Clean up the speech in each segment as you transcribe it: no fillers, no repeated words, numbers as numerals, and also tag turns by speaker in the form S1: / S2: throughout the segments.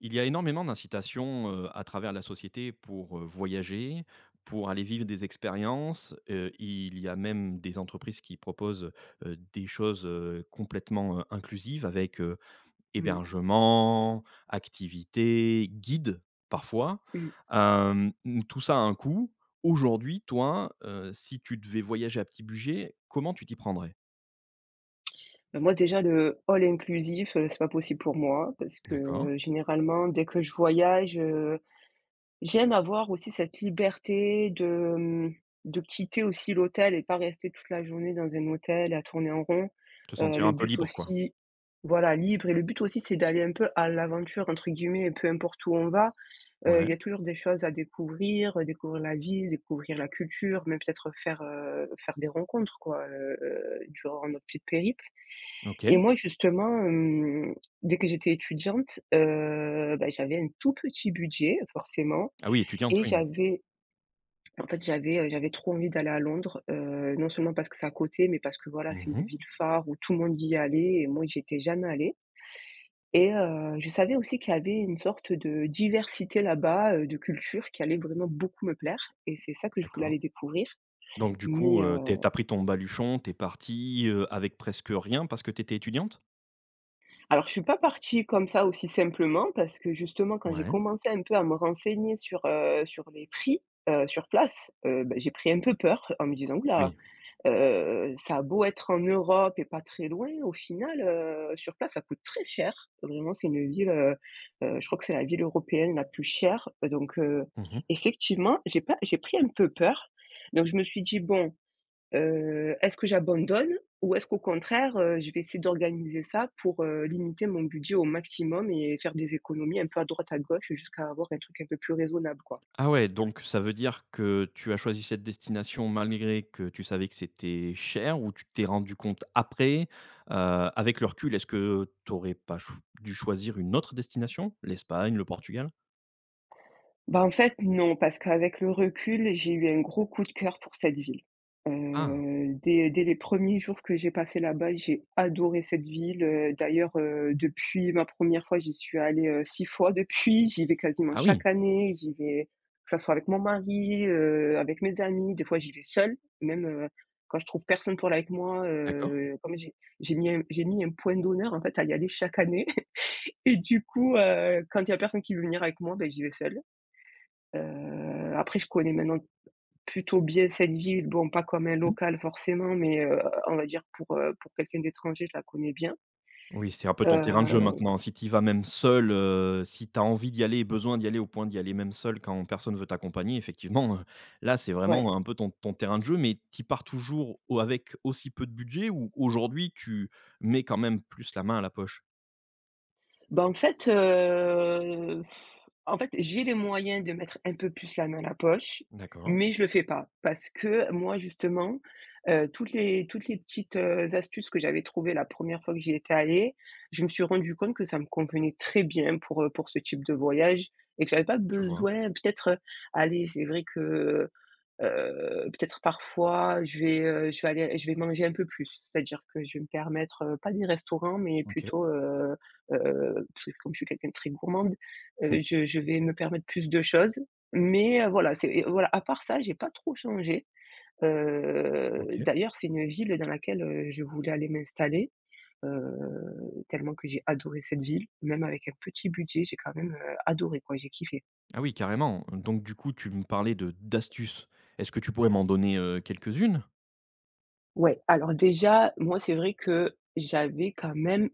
S1: Il y a énormément d'incitations, à travers la société pour, voyager, pour aller vivre des expériences, il y a même des entreprises qui proposent, des choses, complètement, inclusives avec,
S2: Mmh
S1: hébergement, activités, guides parfois.
S2: mh.
S1: Tout ça a un coût. Aujourd'hui, toi, si tu devais voyager à petit budget, comment tu t'y prendrais?
S2: Bah, moi déjà le all inclusif, c'est pas possible pour moi parce que
S1: D'accord.
S2: généralement dès que je voyage, j'aime avoir aussi cette liberté de quitter aussi l'hôtel et pas rester toute la journée dans un hôtel à tourner en rond.
S1: Te sentir
S2: Le
S1: un peu
S2: but
S1: libre, quoi.
S2: aussi Voilà, libre. Et le but aussi c'est d'aller un peu «à l'aventure» entre guillemets, peu importe où on va. Il
S1: Ouais,
S2: y a toujours des choses à découvrir, découvrir la ville, découvrir la culture, même peut-être faire des rencontres, quoi, durant notre petite périple. Et
S1: OK.
S2: moi justement, dès que j'étais étudiante, bah, j'avais un tout petit budget forcément,
S1: Ah oui, étudiante,
S2: et
S1: oui.
S2: j'avais en fait j'avais, j'avais trop envie d'aller à Londres, non seulement parce que c'est à côté, mais parce que voilà, c'est une
S1: Mmh.
S2: ville phare où tout le monde y est allé et moi j'y étais jamais allée. Et je savais aussi qu'il y avait une sorte de diversité là-bas, de culture qui allait vraiment beaucoup me plaire, et c'est ça que je voulais
S1: D'accord.
S2: aller découvrir
S1: Donc du
S2: mais
S1: coup, tu es pris ton baluchon, t'es parti partie, avec presque rien parce que t'étais étudiante?
S2: Alors, je suis pas partie comme ça aussi simplement, parce que justement quand j'ai
S1: Ouais,
S2: commencé un peu à me renseigner sur les prix, sur place, bah, j'ai pris un peu peur en me disant: «Ouh là,
S1: oui.
S2: ça a beau être en Europe et pas très loin, au final, sur place ça coûte très cher». Vraiment c'est une ville, je crois que c'est la ville européenne la plus chère, donc
S1: Mmh.
S2: effectivement j'ai pas j'ai pris un peu peur. Donc je me suis dit: «Bon, est-ce que j'abandonne ou est-ce qu'au contraire, je vais essayer d'organiser ça pour, limiter mon budget au maximum et faire des économies un peu à droite à gauche jusqu'à avoir un truc un peu plus raisonnable, quoi ?»
S1: Ah ouais, donc ça veut dire que tu as choisi cette destination malgré que tu savais que c'était cher ou tu t'es rendu compte après? Heu, avec le recul, est-ce que tu aurais pas cho dû choisir une autre destination? L'Espagne, le Portugal?
S2: Bah, en fait, non, parce qu'avec le recul, j'ai eu un gros coup de cœur pour cette ville.
S1: Ah!
S2: Dès les premiers jours que j'ai passé là-bas, j'ai adoré cette ville. D'ailleurs, depuis ma première fois, j'y suis allée, 6 fois depuis. J'y vais quasiment
S1: Ah oui,
S2: chaque année. J'y vais, que ça soit avec mon mari, avec mes amis; des fois j'y vais seule, même, quand je trouve personne pour aller avec moi,
S1: d'accord.
S2: comme j'ai mis un point d'honneur, en fait, à y aller chaque année. Et du coup, quand il y a personne qui veut venir avec moi, ben j'y vais seule. Après, je connais maintenant plutôt bien cette ville, bon pas comme un
S1: Mmh.
S2: local forcément, mais, on va dire, pour quelqu'un d'étranger, je la connais bien.
S1: Oui, c'est un peu ton terrain de
S2: Heu,
S1: jeu maintenant. Si tu y vas même seul, si tu as envie d'y aller et besoin d'y aller au point d'y aller même seul quand personne veut t'accompagner, effectivement, là, c'est
S2: ouais.
S1: vraiment un peu ton terrain de jeu. Mais tu pars toujours au avec aussi peu de budget ou aujourd'hui tu mets quand même plus la main à la poche?
S2: Bah, en fait, en fait, j'ai les moyens de mettre un peu plus la main à la poche,
S1: D'accord,
S2: mais je le fais pas. Parce que moi justement, toutes les petites, astuces que j'avais trouvées la première fois que j'y étais allée, je me suis rendu compte que ça me convenait très bien pour ce type de voyage, et que j'avais pas
S1: je vois.
S2: besoin peut-être, allez, c'est vrai que. Peut-être parfois je vais aller je vais manger un peu plus. C'est-à-dire que je vais me permettre, pas des restaurants, mais
S1: OK.
S2: plutôt, parce que comme je suis quelqu'un de très gourmande, je vais me permettre plus de choses. Mais, voilà, à part ça, j'ai pas trop changé.
S1: OK.
S2: D'ailleurs, c'est une ville dans laquelle, je voulais aller m'installer, heu, tellement que j'ai adoré cette ville. Même avec un petit budget, j'ai quand même, adoré, quoi, j'ai kiffé.
S1: Ah oui, carrément. Donc du coup, tu me parlais de d'astuces. Est-ce que tu pourrais m'en donner, quelques-unes?
S2: Ouais, alors déjà, moi, c'est vrai que j'avais quand même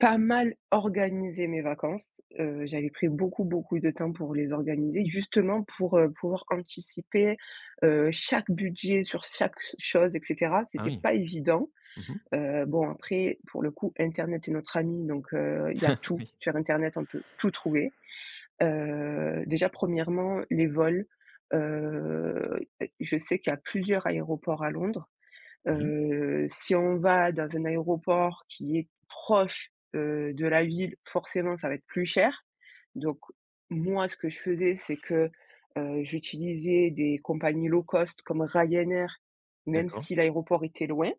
S2: pas mal organisé mes vacances. J'avais pris beaucoup, beaucoup de temps pour les organiser, justement pour, pouvoir anticiper, chaque budget sur chaque chose, et cetera.
S1: Ah
S2: C'était
S1: oui.
S2: pas évident.
S1: Mmh.
S2: Bon, après, pour le coup, internet est notre ami, donc il y a tout.
S1: Oui.
S2: Sur internet, on peut tout trouver. Déjà, premièrement, les vols, heu, je sais qu'il y a plusieurs aéroports à Londres.
S1: Oui.
S2: Si on va dans un aéroport qui est proche, de la ville, forcément, ça va être plus cher. Donc moi, ce que je faisais, c'est que, j'utilisais des compagnies low cost comme Ryanair, même
S1: D'accord.
S2: si l'aéroport était loin.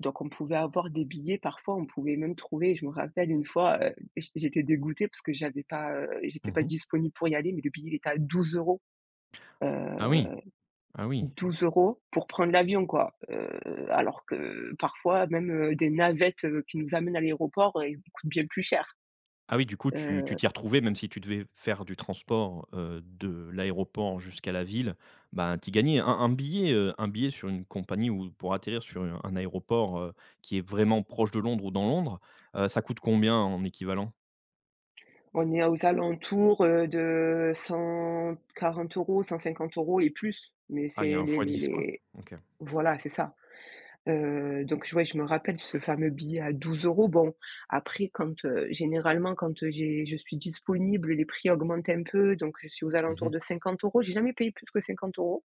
S2: Donc on pouvait avoir des billets parfois. On pouvait même trouver, je me rappelle une fois, j'étais dégoûtée parce que j'étais pas
S1: Mmh.
S2: disponible pour y aller, mais le billet, il était à 12 euros. heu
S1: Ah oui, ah oui.
S2: 12 euros pour prendre l'avion, quoi, alors que parfois même, des navettes, qui nous amènent à l'aéroport, ils coûtent bien plus cher.
S1: Ah oui, du coup, tu
S2: Heu,
S1: t'y retrouvais même si tu devais faire du transport, de l'aéroport jusqu'à la ville, ben, tu y gagnais un billet, un billet sur une compagnie ou pour atterrir sur un aéroport, qui est vraiment proche de Londres ou dans Londres, ça coûte combien en équivalent?
S2: on est aux alentours, de 140 €, 150 euros cent cinquante euros et plus, mais
S1: Ah, il y a
S2: c'est
S1: un
S2: les
S1: fois dix quoi? OK.
S2: voilà, c'est ça. Donc j ouais, je me rappelle ce fameux billet à 12 euros. Bon, après quand, généralement quand, j'ai je suis disponible, les prix augmentent un peu, donc je suis aux
S1: Mmh
S2: alentours
S1: mh.
S2: de 50 euros. J'ai jamais payé plus que 50 euros.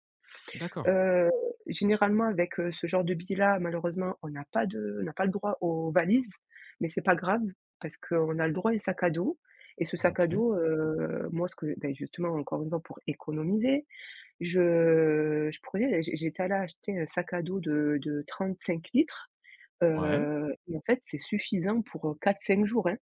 S1: D'accord.
S2: Heu, Généralement avec, ce genre de billet-là, malheureusement, on n'a pas le droit aux valises, mais c'est pas grave parce qu'on a le droit à un sac à dos. Et ce sac à
S1: OK.
S2: dos, moi, ce que beh, justement encore une fois pour économiser, je prenais j'é j'étais allée acheter un sac à dos de 35 litres,
S1: Ouais.
S2: et en fait, c'est suffisant pour 4-5 jours, hein,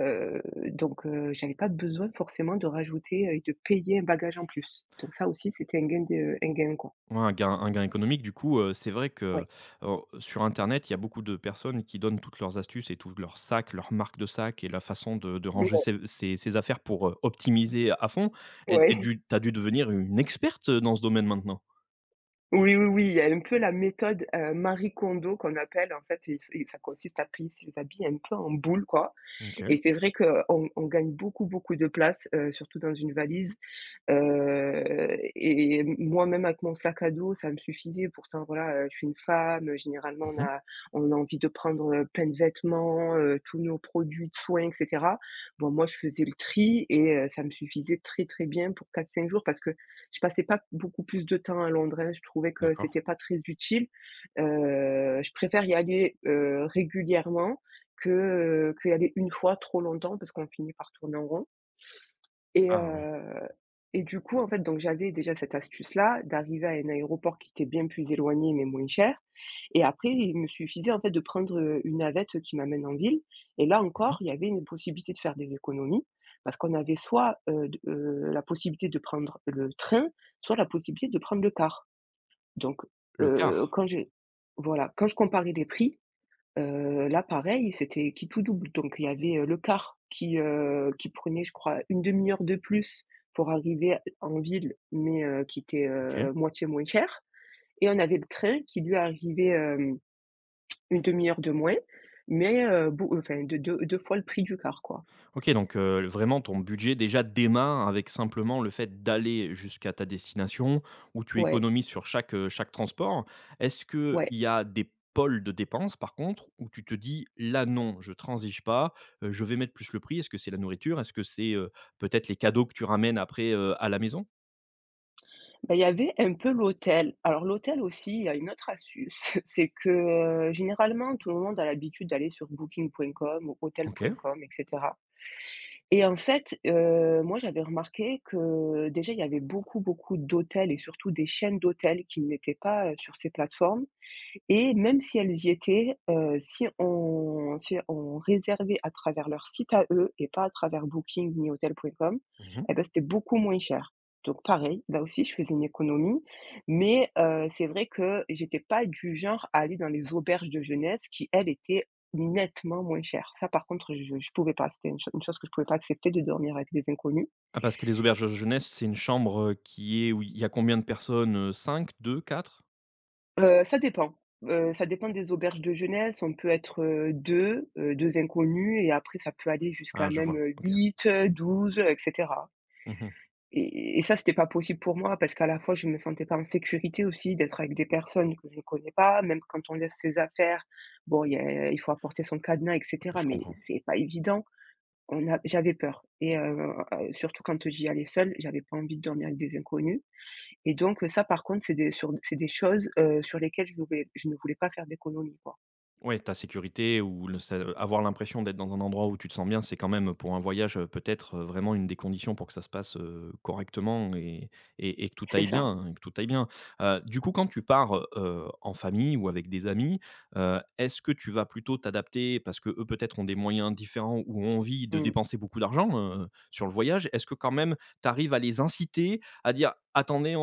S2: heu, donc j'avais pas besoin forcément de rajouter, et de payer un bagage en plus. Donc ça aussi, c'était un gain, quoi.
S1: Ouais, un gain économique. Du coup, c'est vrai que,
S2: Ouais.
S1: sur internet, il y a beaucoup de personnes qui donnent toutes leurs astuces et tous leurs sacs, leurs marques de sacs et la façon de ranger ses ses affaires pour, optimiser à fond et tu es
S2: Ouais.
S1: dû tu dû devenir une experte, dans ce domaine maintenant?
S2: Oui, oui, oui, il y a un peu la méthode, Marie Kondo qu'on appelle, en fait, et c'est ça consiste à plier ses habits un peu en boule, quoi.
S1: OK.
S2: Et c'est vrai qu'on gagne beaucoup, beaucoup de place, surtout dans une valise. Et moi-même avec mon sac à dos, ça me suffisait. Pourtant voilà, je suis une femme, généralement
S1: Mmh.
S2: on a envie de prendre, plein de vêtements, tous nos produits de soins, et cetera. Bon, moi je faisais le tri et ça me suffisait très, très bien pour 4-5 jours, parce que je passais pas beaucoup plus de temps à Londres, hein. Je trouvais que
S1: D'accord.
S2: c'était pas très utile. Je préfère y aller, régulièrement qu'y aller une fois trop longtemps, parce qu'on finit par tourner en rond. Et
S1: Ah oui.
S2: heu et du coup, en fait, donc j'avais déjà cette astuce-là, d'arriver à un aéroport qui était bien plus éloigné, mais moins cher, et après il me suffisait, en fait, de prendre, une navette qui m'amène en ville. Et là encore,
S1: Mmh.
S2: il y avait une possibilité de faire des économies, parce qu'on avait soit, d la possibilité de prendre le train, soit la possibilité de prendre le car. Donc
S1: Le
S2: heu,
S1: quart?
S2: quand j'ai voilà, quand je comparais les prix, là pareil, c'était qui tout double, donc il y avait, le car qui prenait, je crois, une demi heure de plus pour arriver en ville, mais qui était,
S1: OK.
S2: moitié moins cher, et on avait le train qui lui arrivait, 1/2 heure de moins, mais beau enfin de deux 2 fois le prix du car, quoi.
S1: OK, donc vraiment ton budget déjà démarre avec simplement le fait d'aller jusqu'à ta destination où tu
S2: Ouais,
S1: économises sur chaque, chaque transport. Est-ce qu'il
S2: ouais.
S1: y a des pôles de dépenses par contre où tu te dis: «Là non, je transige pas, je vais mettre plus le prix»? Est-ce que c'est la nourriture? Est-ce que c'est, peut-être les cadeaux que tu ramènes après, à la maison?
S2: Bah, il y avait un peu l'hôtel. Alors l'hôtel aussi, il y a une autre astuce, c'est que, généralement tout le monde a l'habitude d'aller sur booking.com ou
S1: OK.
S2: hotel.com, et cetera. Et en fait, moi, j'avais remarqué que, déjà, il y avait beaucoup, beaucoup d'hôtels, et surtout des chaînes d'hôtels qui ne mettaient pas, sur ces plateformes, et même si elles y étaient, si on réservait à travers leur site à eux et pas à travers Booking ni Hotels.com,
S1: Mmh.
S2: eh ben c'était beaucoup moins cher. Donc pareil, là aussi je faisais une économie, mais c'est vrai que j'étais pas du genre à aller dans les auberges de jeunesse qui, elles, étaient nettement moins chères. Ça par contre, je pouvais pas, c'était une chose que je pouvais pas accepter, de dormir avec des inconnus.
S1: Ah parce que les auberges de jeunesse, c'est une chambre, qui est où il y a combien de personnes, cinq, deux, quatre?
S2: Ça dépend. Ça dépend des auberges de jeunesse. On peut être, 2 2 inconnus, et après ça peut aller jusqu'à
S1: Ah je
S2: même,
S1: vois, OK.
S2: 8, 12, et cetera.
S1: Mmh.
S2: Et ça, c'était pas possible pour moi, parce qu'à la fois, je me sentais pas en sécurité aussi d'être avec des personnes que je ne connais pas. Même quand on laisse ses affaires, bon, il y a il faut apporter son cadenas et
S1: Ouais,
S2: cetera
S1: je
S2: mais
S1: comprends.
S2: c'est pas évident. On a J'avais peur et surtout quand j'y allais seule, j'avais pas envie de dormir avec des inconnus. Et donc, ça par contre, c'est des choses, sur lesquelles je ne voulais pas faire d'économie, quoi.
S1: Ouais, ta sécurité ou le ça avoir l'impression d'être dans un endroit où tu te sens bien, c'est quand même pour un voyage, peut-être, vraiment une des conditions pour que ça se passe, correctement et et que tout
S2: C'est
S1: aille bien
S2: ça.
S1: hein, et que tout aille bien. Du coup, quand tu pars, en famille ou avec des amis, est-ce que tu vas plutôt t'adapter parce que eux peut-être ont des moyens différents ou ont envie de
S2: Mmh.
S1: dépenser beaucoup d'argent, sur le voyage? Est-ce que quand même tu arrives à les inciter à dire: «Attendez,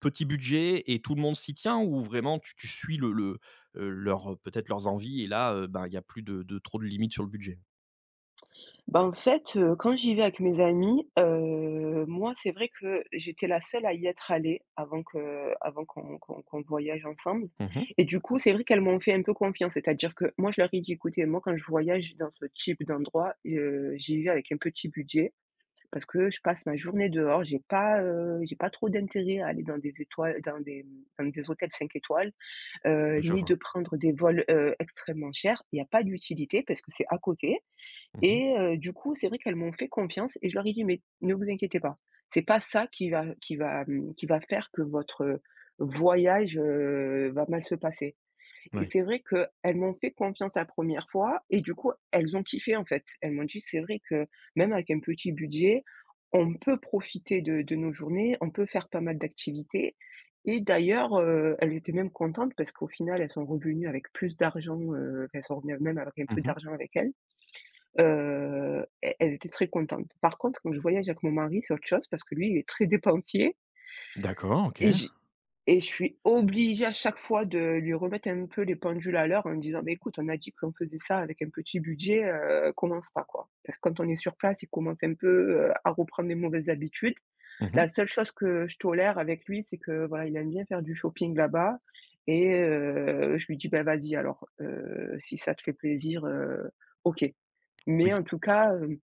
S1: petit budget et tout le monde s'y tient ou vraiment tu suis le leur peut-être leurs envies et là, ben, il y a plus de trop de limites sur le budget?
S2: Quand j'y vais avec mes amis, moi, c'est vrai que j'étais la seule à y être allée avant qu'on voyage ensemble
S1: Mmh.
S2: et du coup, c'est vrai qu'elles m'ont fait un peu confiance. C'est-à-dire que moi, je leur ai dit : « Écoutez, moi, quand je voyage dans ce type d'endroit, j'y vais avec un petit budget parce que je passe ma journée dehors, j'ai pas trop d'intérêt à aller dans des étoiles dans des, mmh, dans des hôtels 5 étoiles,
S1: Je
S2: ni
S1: vois.
S2: de prendre des vols, extrêmement chers. Il y a pas d'utilité parce que c'est à côté
S1: Mmh.
S2: et du coup, c'est vrai qu'elles m'ont fait confiance et je leur ai dit : « Mais ne vous inquiétez pas, c'est pas ça qui va faire que votre, voyage, va mal se passer. Et
S1: Oui.
S2: c'est vrai qu'elles m'ont fait confiance la première fois et du coup, elles ont kiffé, en fait. Elles m'ont dit : « C'est vrai que même avec un petit budget, on peut profiter de nos journées, on peut faire pas mal d'activités » et d'ailleurs, elles étaient même contentes parce qu'au final, elles sont revenues avec plus d'argent, elles sont revenues même avec un peu
S1: Mmh.
S2: d'argent avec elles. E Elles étaient très contentes. Par contre, quand je voyage avec mon mari, c'est autre chose parce que lui, il est très dépensier
S1: D'accord, OK.
S2: et j'ai et je suis obligée à chaque fois de lui remettre un peu les pendules à l'heure en lui disant: mais écoute, on a dit qu'on faisait ça avec un petit budget, commence pas, quoi ». Parce que quand on est sur place, il commence un peu, à reprendre les mauvaises habitudes.
S1: Mmh.
S2: La seule chose que je tolère avec lui, c'est que, voilà, il aime bien faire du shopping là-bas et je lui dis : « Bah, vas-y alors, si ça te fait plaisir, OK ». Mais
S1: Oui.
S2: en tout cas,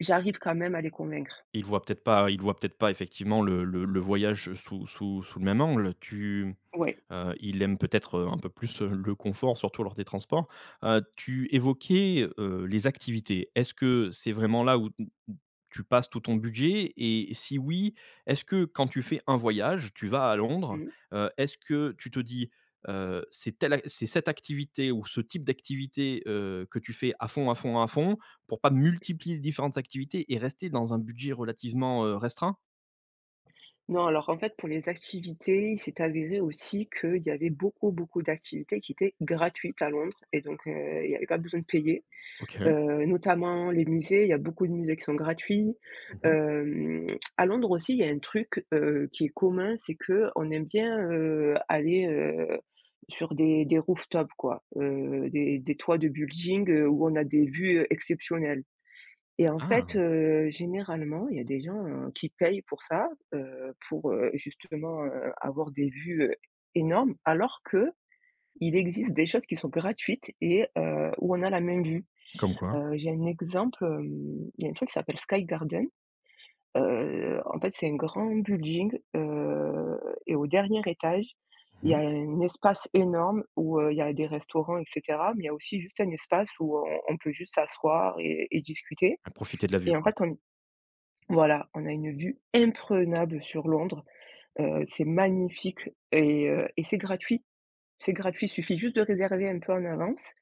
S2: j'arrive quand même à les convaincre.
S1: Ils voient peut-être pas ils voient peut-être pas effectivement le voyage sous le même angle. Tu
S2: Ouais.
S1: Il aime peut-être, un peu plus, le confort, surtout lors des transports. Tu évoquais, les activités. Est-ce que c'est vraiment là où tu passes tout ton budget? Et si oui, est-ce que quand tu fais un voyage, tu vas à Londres,
S2: Mmh.
S1: est-ce que tu te dis, «C'est telle ac c'est cette activité ou ce type d'activité, que tu fais à fond, à fond, à fond» pour pas multiplier les différentes activités et rester dans un budget relativement, restreint?
S2: Non, alors en fait, pour les activités, il s'est avéré aussi qu'il y avait beaucoup, beaucoup d'activités qui étaient gratuites à Londres et donc il y avait pas besoin de payer,
S1: OK.
S2: notamment les musées, il y a beaucoup de musées qui sont gratuits.
S1: Mmh.
S2: Hem, à Londres aussi, il y a un truc, qui est commun, c'est que on aime bien, aller, sur des rooftops quoi, des toits de building, où on a des vues, exceptionnelles. Et en fait,
S1: Ah!
S2: généralement, il y a des gens, qui payent pour ça, pour, justement, avoir des vues, énormes, alors qu'il existe des choses qui sont gratuites et où on a la même vue.
S1: Comme quoi.
S2: J'ai un exemple, il y a un truc qui s'appelle Sky Garden. C'est un grand building, et au dernier étage, il y a
S1: Mmh.
S2: un espace énorme où, il y a des restaurants et cetera, mais il y a aussi juste un espace où on peut juste s'asseoir et discuter
S1: À profiter de la vue,
S2: et en
S1: quoi.
S2: fait, on voilà, on a une vue imprenable sur Londres, c'est magnifique et c'est gratuit. C'est gratuit, il suffit juste de réserver un peu en avance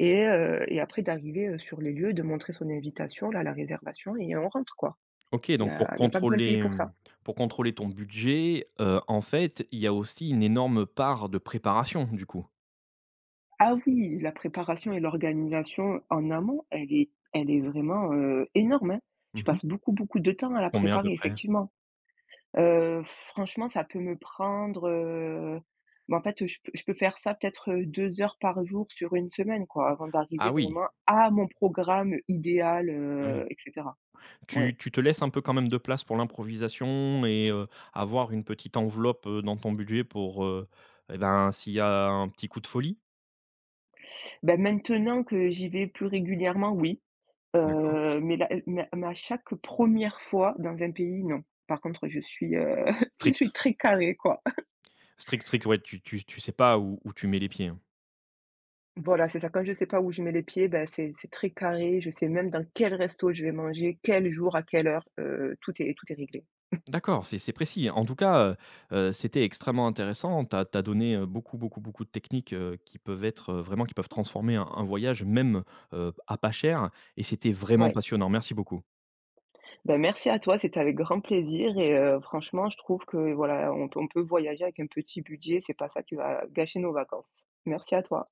S2: et après d'arriver, sur les lieux, de montrer son invitation, là, la réservation et on rentre, quoi.
S1: OK,
S2: Il y
S1: donc
S2: a
S1: pour
S2: il y a pas besoin de
S1: contrôler,
S2: payer pour ça.
S1: pour contrôler ton budget, en fait, il y a aussi une énorme part de préparation, du coup?
S2: Ah oui, la préparation et l'organisation en amont, elle est vraiment, énorme, hein. Je
S1: Mmh mh.
S2: passe beaucoup, beaucoup de temps à la
S1: Combien à peu
S2: préparer,
S1: près?
S2: effectivement. Franchement, ça peut me prendre, je peux faire ça peut-être, 2 heures par jour sur une semaine, quoi, avant d'arriver
S1: Ah oui,
S2: vraiment à mon programme idéal,
S1: ah oui.
S2: et cetera.
S1: Tu
S2: Ouais.
S1: tu te laisses un peu quand même de place pour l'improvisation et avoir une petite enveloppe, dans ton budget pour, et ben, s'il y a un petit coup de folie?
S2: Bah, maintenant que j'y vais plus régulièrement, oui,
S1: D'accord.
S2: mais là, mais à chaque première fois dans un pays, non. Par contre, je suis, je
S1: Strict.
S2: suis très carrée, quoi.
S1: Strict, strict, ouais, tu sais pas où tu mets les pieds, hein?
S2: Voilà, c'est ça. Quand je sais pas où je mets les pieds, ben c'est très carré. Je sais même dans quel resto je vais manger, quel jour, à quelle heure, tout est réglé.
S1: D'accord, c'est précis. En tout cas, c'était extrêmement intéressant. Tu as donné, beaucoup, beaucoup, beaucoup de techniques, qui peuvent être, vraiment qui peuvent transformer un voyage même, à pas cher et c'était vraiment
S2: Ouais.
S1: passionnant. Merci beaucoup.
S2: Ben merci à toi, c'était avec grand plaisir et franchement, je trouve que voilà, on peut voyager avec un petit budget, c'est pas ça qui va gâcher nos vacances. Merci à toi.